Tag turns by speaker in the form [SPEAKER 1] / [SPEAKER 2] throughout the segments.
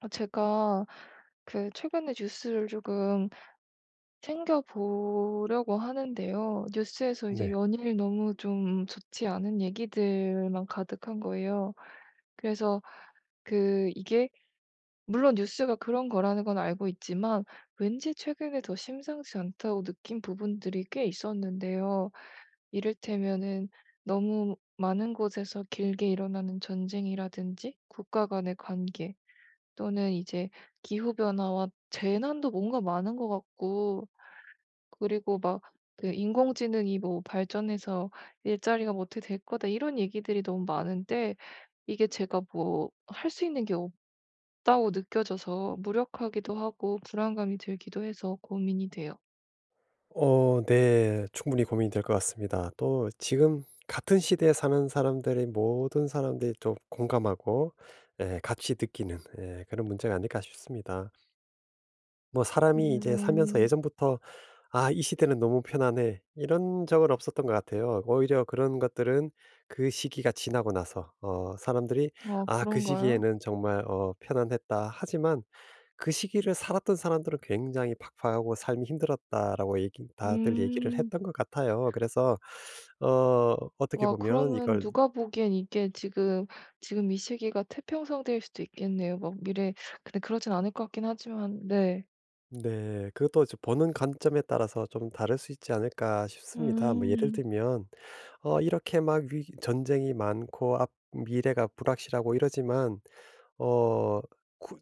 [SPEAKER 1] 아, 제가 그 최근에 뉴스를 조금 챙겨 보려고 하는데요. 뉴스에서 이제
[SPEAKER 2] 네.
[SPEAKER 1] 연일 너무 좀 좋지 않은 얘기들만 가득한 거예요. 그래서 그 이게 물론 뉴스가 그런 거라는 건 알고 있지만, 왠지 최근에 더 심상치 않다고 느낀 부분들이 꽤 있었는데요. 이를테면은 너무 많은 곳에서 길게 일어나는 전쟁이라든지, 국가 간의 관계, 또는 이제 기후 변화와 재난도 뭔가 많은 것 같고, 그리고 막 그 인공지능이 뭐 발전해서 일자리가 뭐 어떻게 될 거다 이런 얘기들이 너무 많은데, 이게 제가 뭐 할 수 있는 게 없다고 느껴져서 무력하기도 하고 불안감이 들기도 해서 고민이 돼요.
[SPEAKER 2] 네. 충분히 고민이 될 것 같습니다. 또 지금 같은 시대에 사는 사람들이 모든 사람들이 좀 공감하고, 예, 같이 느끼는, 예, 그런 문제가 아닐까 싶습니다. 뭐 사람이 이제 살면서
[SPEAKER 1] 음.
[SPEAKER 2] 예전부터 '아, 이 시대는 너무 편안해.' 이런 적은 없었던 것 같아요. 오히려 그런 것들은 그 시기가 지나고 나서 사람들이
[SPEAKER 1] 아,
[SPEAKER 2] '아, 그
[SPEAKER 1] 그런가요?
[SPEAKER 2] 시기에는 정말 편안했다.' 하지만 그 시기를 살았던 사람들은 굉장히 팍팍하고 삶이 힘들었다라고 얘기 다들 얘기를
[SPEAKER 1] 음.
[SPEAKER 2] 했던 것 같아요. 그래서 어떻게
[SPEAKER 1] 와,
[SPEAKER 2] 보면
[SPEAKER 1] 그러면
[SPEAKER 2] 이걸.
[SPEAKER 1] 누가 보기엔 이게 지금 이 시기가 태평성대일 수도 있겠네요. 막 미래, 근데 그러진 않을 것 같긴 하지만 네.
[SPEAKER 2] 네, 그것도 이제 보는 관점에 따라서 좀 다를 수 있지 않을까 싶습니다. 뭐 예를
[SPEAKER 1] 음.
[SPEAKER 2] 들면 이렇게 막 위 전쟁이 많고 앞 미래가 불확실하고 이러지만, 어 구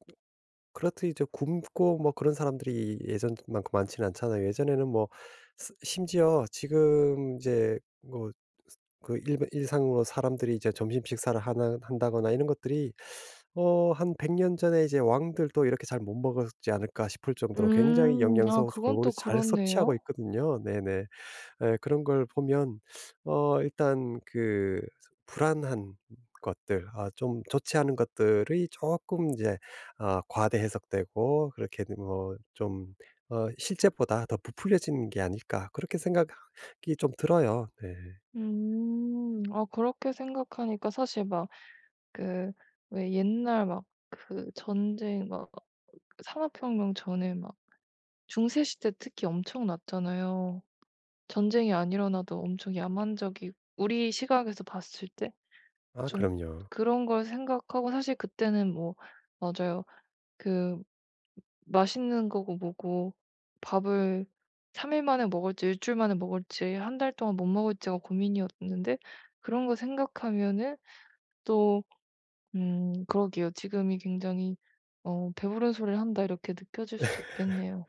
[SPEAKER 2] 그렇듯 이제 굶고 뭐 그런 사람들이 예전만큼 많지는 않잖아요. 예전에는 뭐 스 심지어 지금 이제 뭐 그 일 일상으로 사람들이 이제 점심 식사를 하나 한다거나 이런 것들이, 한 100년 전에 이제 왕들도 이렇게 잘 못 먹었지 않을까 싶을 정도로 굉장히
[SPEAKER 1] 음. 아,
[SPEAKER 2] 영양소
[SPEAKER 1] 그건
[SPEAKER 2] 골고루
[SPEAKER 1] 또
[SPEAKER 2] 잘 섭취하고
[SPEAKER 1] 그렇네요.
[SPEAKER 2] 있거든요. 네네. 예, 그런 걸 보면 일단 그 불안한 것들, 좀 좋지 않은 것들이 조금 이제 과대 해석되고, 그렇게 뭐좀 '실제보다 더 부풀려지는 게 아닐까.' 그렇게 생각이 좀 들어요. 네.
[SPEAKER 1] 음. 아, 그렇게 생각하니까 사실 막 그 왜 옛날 막 그 전쟁 막 산업혁명 전에 막 중세 시대 특히 엄청 났잖아요. 전쟁이 안 일어나도 엄청 야만적이고 우리 시각에서 봤을 때.
[SPEAKER 2] 아,
[SPEAKER 1] 좀
[SPEAKER 2] 그럼요.
[SPEAKER 1] 그런 걸 생각하고, 사실 그때는 뭐 맞아요. 그 맛있는 거고 뭐고 밥을 3일 만에 먹을지 일주일 만에 먹을지 한 달 동안 못 먹을지가 고민이었는데, 그런 거 생각하면은 또, 그러게요. '지금이 굉장히 배부른 소리를 한다.' 이렇게 느껴질 수도 있겠네요.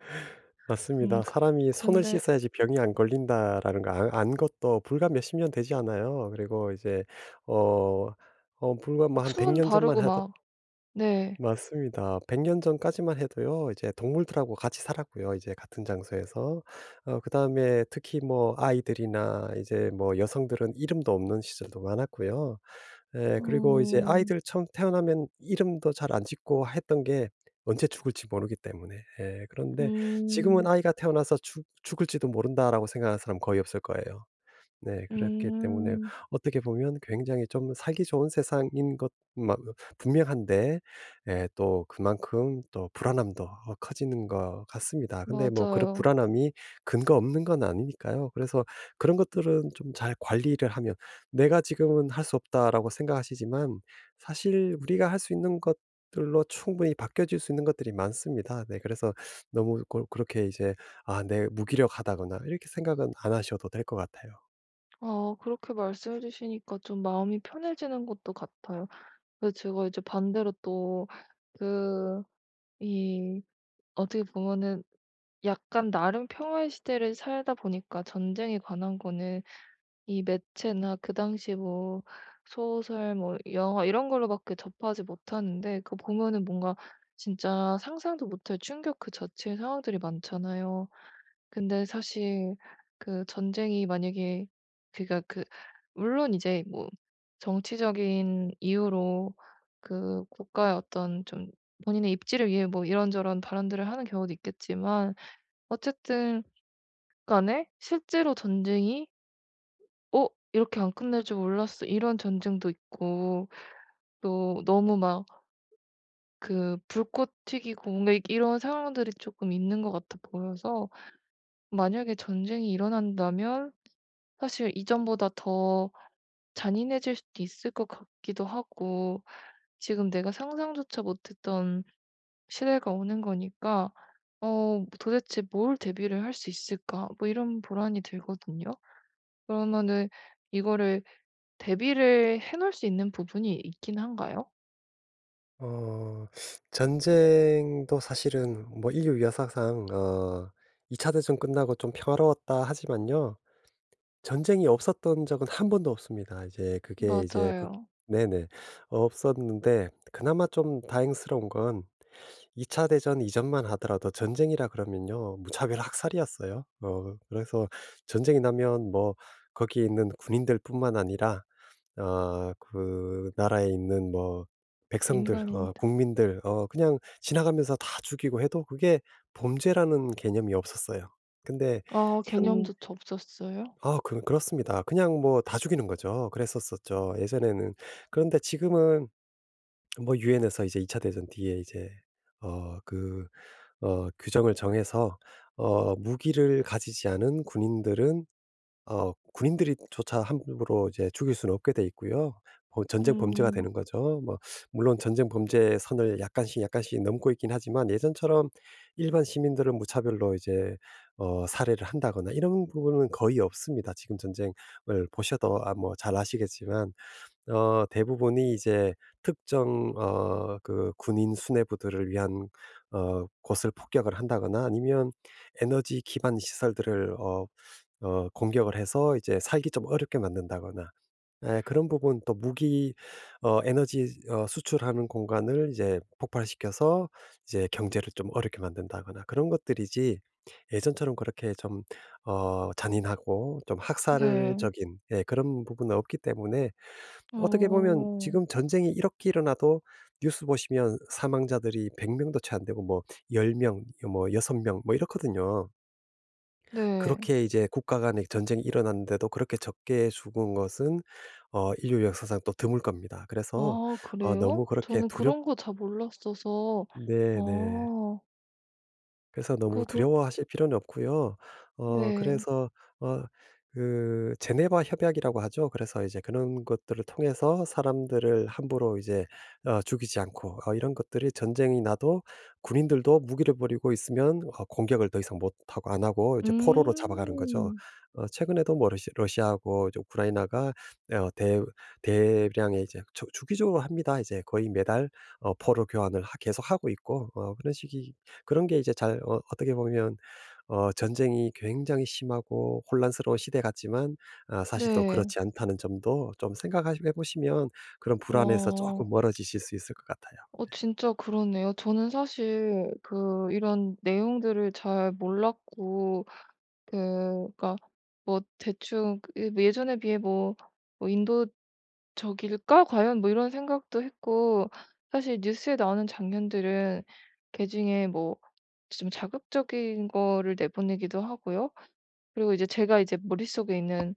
[SPEAKER 2] 맞습니다.
[SPEAKER 1] 그
[SPEAKER 2] 사람이 '손을
[SPEAKER 1] 근데
[SPEAKER 2] 씻어야지 병이 안 걸린다.'라는 거 아 안안 것도 불과 몇 십 년 되지 않아요. 그리고 이제 어 불과 뭐
[SPEAKER 1] 막
[SPEAKER 2] 한 100
[SPEAKER 1] 수분
[SPEAKER 2] 년 전만
[SPEAKER 1] 바르고
[SPEAKER 2] 하던.
[SPEAKER 1] 막 네.
[SPEAKER 2] 맞습니다. 100년 전까지만 해도요. 이제 동물들하고 같이 살았고요, 이제 같은 장소에서. 그다음에 특히 뭐 아이들이나 이제 뭐 여성들은 이름도 없는 시절도 많았고요. 예, 그리고 이제
[SPEAKER 1] 음.
[SPEAKER 2] 아이들 처음 태어나면 이름도 잘 안 짓고 했던 게 언제 죽을지 모르기 때문에. 예, 그런데 지금은
[SPEAKER 1] 음.
[SPEAKER 2] '아이가 태어나서 죽 죽을지도 모른다.'라고 생각하는 사람 거의 없을 거예요. 네. 그렇기 때문에
[SPEAKER 1] 음.
[SPEAKER 2] 어떻게 보면 굉장히 좀 살기 좋은 세상인 것 마 분명한데, 예, 또 그만큼 또 불안함도 커지는 것 같습니다. 근데 뭐 그런
[SPEAKER 1] 맞아요.
[SPEAKER 2] 불안함이 근거 없는 건 아니니까요. 그래서 그런 것들은 좀 잘 관리를 하면 '내가 지금은 할 수 없다.'라고 생각하시지만, 사실 우리가 할 수 있는 것들로 충분히 바뀌어질 수 있는 것들이 많습니다. 네. 그래서 너무 고 그렇게 이제 '아, 내 무기력하다.'거나 이렇게 생각은 안 하셔도 될 것 같아요.
[SPEAKER 1] 아, 그렇게 말씀해 주시니까 좀 마음이 편해지는 것도 같아요. 근데 제가 이제 반대로 또 그 이 어떻게 보면은 약간 나름 평화의 시대를 살다 보니까, 전쟁에 관한 거는 이 매체나 그 당시 뭐 소설 뭐 영화 이런 걸로밖에 접하지 못하는데, 그거 보면은 뭔가 진짜 상상도 못할 충격 그 자체의 상황들이 많잖아요. 근데 사실 그 전쟁이 만약에 그니까 그 물론 이제 뭐 정치적인 이유로 그 국가의 어떤 좀 본인의 입지를 위해 뭐 이런저런 발언들을 하는 경우도 있겠지만, 어쨌든 간에 실제로 전쟁이 '어 이렇게 안 끝날 줄 몰랐어.' 이런 전쟁도 있고, 또 너무 막 그 불꽃 튀기고 뭔가 이런 상황들이 조금 있는 것 같아 보여서, 만약에 전쟁이 일어난다면 사실 이전보다 더 잔인해질 수도 있을 것 같기도 하고, 지금 내가 상상조차 못했던 시대가 오는 거니까 '어 뭐 도대체 뭘 대비를 할 수 있을까?' 뭐 이런 불안이 들거든요. 그러면은 이거를 대비를 해 놓을 수 있는 부분이 있긴 한가요?
[SPEAKER 2] 어 전쟁도 사실은 뭐 인류 역사상 이 차 대전 끝나고 좀 평화로웠다 하지만요. 전쟁이 없었던 적은 한 번도 없습니다. 이제 그게 이제 국
[SPEAKER 1] 맞아요.
[SPEAKER 2] 네네. 없었는데 그나마 좀 다행스러운 건, 이차 대전 이전만 하더라도 전쟁이라 그러면요, 무차별 학살이었어요. 그래서 전쟁이 나면 뭐 거기 있는 군인들뿐만 아니라 그 나라에 있는 뭐 백성들
[SPEAKER 1] 민간인들.
[SPEAKER 2] 국민들 그냥 지나가면서 다 죽이고 해도 그게 범죄라는 개념이 없었어요. 근데
[SPEAKER 1] 아,
[SPEAKER 2] 현
[SPEAKER 1] 개념조차 없었어요?
[SPEAKER 2] 아 그 그렇습니다. 그냥 뭐 다 죽이는 거죠. 그랬었었죠, 예전에는. 그런데 지금은 뭐 유엔에서 이제 2차 대전 뒤에 이제 어 그 규정을 정해서 무기를 가지지 않은 군인들은 군인들이 조차 함부로 이제 죽일 수는 없게 돼 있고요. 전쟁 범죄가
[SPEAKER 1] 음.
[SPEAKER 2] 되는 거죠. 뭐 물론 전쟁 범죄의 선을 약간씩 약간씩 넘고 있긴 하지만, 예전처럼 일반 시민들을 무차별로 이제 살해를 한다거나 이런 부분은 거의 없습니다. 지금 전쟁을 보셔도 뭐 잘 아시겠지만, 대부분이 이제 특정 군인 수뇌부들을 위한 곳을 폭격을 한다거나, 아니면 에너지 기반 시설들을 공격을 해서 이제 살기 좀 어렵게 만든다거나, 예, 그런 부분 또 무기 에너지 수출하는 공간을 이제 폭발시켜서 이제 경제를 좀 어렵게 만든다거나 그런 것들이지, 예전처럼 그렇게 좀 잔인하고 좀
[SPEAKER 1] 네.
[SPEAKER 2] 학살적인, 예, 그런 부분은 없기 때문에, 어떻게 보면
[SPEAKER 1] 어.
[SPEAKER 2] 지금 전쟁이 이렇게 일어나도 뉴스 보시면 사망자들이 100 명도 채 안 되고 뭐 10 명, 뭐 6 명 뭐 이렇거든요.
[SPEAKER 1] 네.
[SPEAKER 2] 그렇게 이제 국가 간의 전쟁이 일어났는데도 그렇게 적게 죽은 것은 인류 역사상 또 드물 겁니다. 그래서
[SPEAKER 1] 아, 그래요?
[SPEAKER 2] 너무 그렇게
[SPEAKER 1] 저는
[SPEAKER 2] 두렵
[SPEAKER 1] 그런 거 잘 몰랐어서. 아,
[SPEAKER 2] 네네. 그래서
[SPEAKER 1] 그
[SPEAKER 2] 너무
[SPEAKER 1] 그렇
[SPEAKER 2] 두려워하실 필요는 없고요.
[SPEAKER 1] 네.
[SPEAKER 2] 그래서 어 그 제네바 협약이라고 하죠. 그래서 이제 그런 것들을 통해서 사람들을 함부로 이제 죽이지 않고, 이런 것들이 전쟁이 나도 군인들도 무기를 버리고 있으면 공격을 더 이상 못하고 안 하고 이제 포로로 잡아가는 거죠.
[SPEAKER 1] 음.
[SPEAKER 2] 최근에도 뭐 러시아하고 이제 우크라이나가 대 대량의 이제 주 주기적으로 합니다. 이제 거의 매달 포로 교환을 하 계속하고 있고, 그런 게 이제 잘, 어떻게 보면 전쟁이 굉장히 심하고 혼란스러운 시대 같지만, 사실 또
[SPEAKER 1] 네.
[SPEAKER 2] 그렇지 않다는 점도 좀 생각해 보시면 그런 불안에서
[SPEAKER 1] 와.
[SPEAKER 2] 조금 멀어지실 수 있을 것 같아요.
[SPEAKER 1] 진짜 그러네요. 저는 사실 그 이런 내용들을 잘 몰랐고, 그 그니까 뭐 대충 그 예전에 비해 뭐 뭐 인도 '저길까 과연?' 뭐 이런 생각도 했고, 사실 뉴스에 나오는 장면들은 그중에 뭐 좀 자극적인 거를 내보내기도 하고요. 그리고 이제 제가 이제 머릿속에 있는,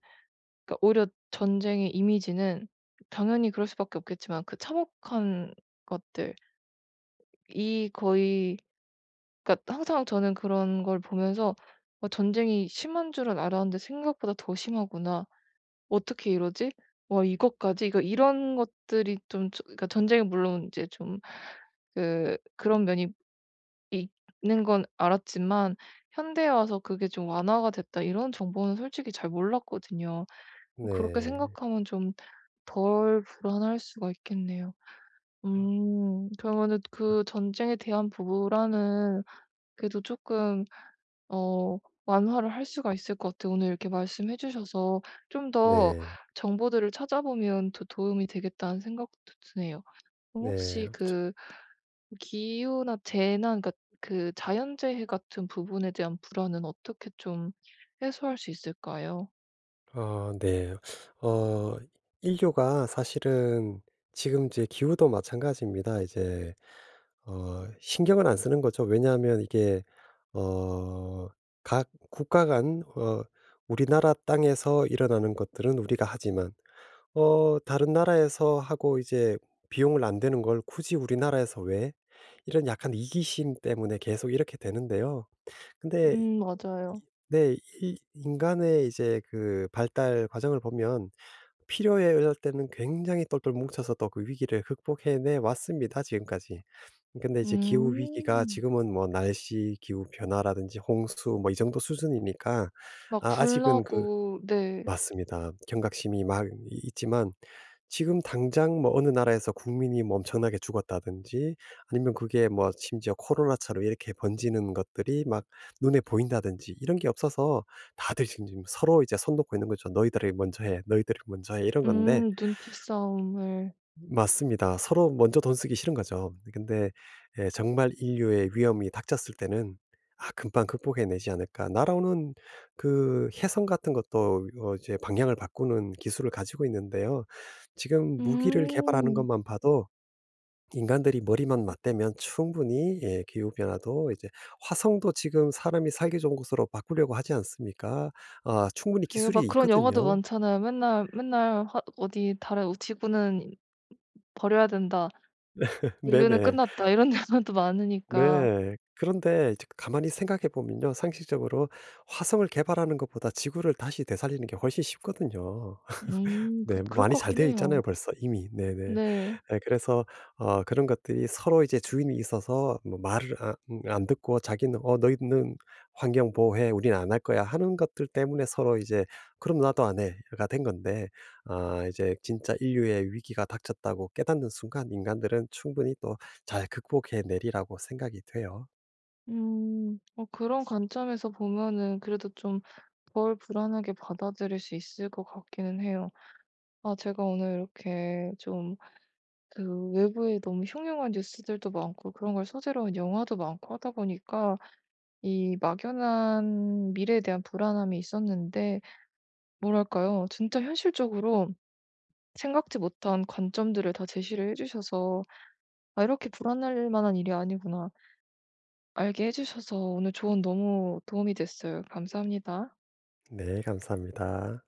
[SPEAKER 1] 그러니까 오히려 전쟁의 이미지는 당연히 그럴 수밖에 없겠지만 그 참혹한 것들 이 거의, 그러니까 항상 저는 그런 걸 보면서 '어 전쟁이 심한 줄은 알았는데 생각보다 더 심하구나.' '어떻게 이러지? 와 이것까지?' 이거 이런 것들이 좀 저, 그러니까 전쟁이 물론 이제 좀 그 그런 면이 있는 건 알았지만 '현대에 와서 그게 좀 완화가 됐다.' 이런 정보는 솔직히 잘 몰랐거든요. 뭐 그렇게
[SPEAKER 2] 네.
[SPEAKER 1] 생각하면 좀 덜 불안할 수가 있겠네요.
[SPEAKER 2] 아,
[SPEAKER 1] 그러면은
[SPEAKER 2] 아,
[SPEAKER 1] 그 전쟁에 대한 불안은 그래도 조금 어 완화를 할 수가 있을 것 같아요. 오늘 이렇게 말씀해 주셔서 좀 더
[SPEAKER 2] 네.
[SPEAKER 1] 정보들을 찾아보면 더 도움이 되겠다는 생각도 드네요. 그럼
[SPEAKER 2] 네.
[SPEAKER 1] 혹시
[SPEAKER 2] 저
[SPEAKER 1] 그 기후나 재난, 그러니까 그 자연재해 같은 부분에 대한 불안은 어떻게 좀 해소할 수 있을까요?
[SPEAKER 2] 네. 어 인류가 사실은 지금 이제 기후도 마찬가지입니다. 이제 신경을 안 쓰는 거죠. 왜냐하면 이게 어 각 국가 간, 우리나라 땅에서 일어나는 것들은 우리가 하지만 다른 나라에서 하고, 이제 비용을 안 되는 걸 굳이 우리나라에서 왜? 이런 약간 이기심 때문에 계속 이렇게 되는데요. 근데,
[SPEAKER 1] 맞아요.
[SPEAKER 2] 네, 이 인간의 이제 그 발달 과정을 보면, 필요에 의할 때는 굉장히 똘똘 뭉쳐서 또 그 위기를 극복해내 왔습니다, 지금까지. 근데 이제 기후 위기가
[SPEAKER 1] 음.
[SPEAKER 2] 지금은 뭐 날씨 기후 변화라든지 홍수 뭐 이 정도 수준이니까,
[SPEAKER 1] 막
[SPEAKER 2] 아,
[SPEAKER 1] 불
[SPEAKER 2] 아직은
[SPEAKER 1] 나고 네.
[SPEAKER 2] 맞습니다. 경각심이 막 이 있지만 지금 당장 뭐 어느 나라에서 국민이 뭐 엄청나게 죽었다든지, 아니면 그게 뭐 심지어 코로나처럼 이렇게 번지는 것들이 막 눈에 보인다든지 이런 게 없어서 다들 지금 서로 이제 손 놓고 있는 거죠. "너희들이 먼저 해. 너희들이 먼저 해." 이런 건데,
[SPEAKER 1] 눈치 싸움을.
[SPEAKER 2] 맞습니다. 서로 먼저 돈 쓰기 싫은 거죠. 근데, 예, 정말 인류의 위험이 닥쳤을 때는 '아, 금방 극복해내지 않을까.' 날아오는 그 혜성 같은 것도 이제 방향을 바꾸는 기술을 가지고 있는데요. 지금 무기를 개발하는
[SPEAKER 1] 음.
[SPEAKER 2] 것만 봐도 인간들이 머리만 맞대면 충분히, 예, 기후 변화도 이제 화성도 지금 사람이 살기 좋은 곳으로 바꾸려고 하지 않습니까? 아, 충분히
[SPEAKER 1] 그래요?
[SPEAKER 2] 기술이
[SPEAKER 1] 막 그런 영화도
[SPEAKER 2] 있거든요.
[SPEAKER 1] 많잖아요. 맨날 맨날 화 어디 다른 지구는 '버려야 된다. 인류는
[SPEAKER 2] 네네.
[SPEAKER 1] 끝났다.' 이런 영견도 많으니까.
[SPEAKER 2] 네. 그런데 이제 가만히 생각해 보면요, 상식적으로 화성을 개발하는 것보다 지구를 다시 되살리는 게 훨씬 쉽거든요.
[SPEAKER 1] 그
[SPEAKER 2] 네.
[SPEAKER 1] 그럴
[SPEAKER 2] 많이
[SPEAKER 1] 것
[SPEAKER 2] 잘
[SPEAKER 1] 같긴
[SPEAKER 2] 되어 있잖아요
[SPEAKER 1] 해요.
[SPEAKER 2] 벌써 이미. 네네.
[SPEAKER 1] 네.
[SPEAKER 2] 네, 그래서 그런 것들이 서로 이제 주인이 있어서 뭐 말을 안 듣고, 자기는 너희는 환경 보호해. 우리는 안 할 거야." 하는 것들 때문에 서로 이제 "그럼 나도 안 해."가 된 건데, 아, 이제 진짜 인류의 위기가 닥쳤다고 깨닫는 순간 인간들은 충분히 또 잘 극복해 내리라고 생각이 돼요.
[SPEAKER 1] 음. 그런 관점에서 보면은 그래도 좀 덜 불안하게 받아들일 수 있을 것 같기는 해요. 아, 제가 오늘 이렇게 좀 그 외부에 너무 흉흉한 뉴스들도 많고 그런 걸 소재로 한 영화도 많고 하다 보니까 이 막연한 미래에 대한 불안함이 있었는데, 뭐랄까요? 진짜 현실적으로 생각지 못한 관점들을 다 제시를 해 주셔서, 아, 이렇게 불안할 만한 일이 아니구나. 알게 해 주셔서 오늘 조언 너무 도움이 됐어요. 감사합니다.
[SPEAKER 2] 네. 감사합니다.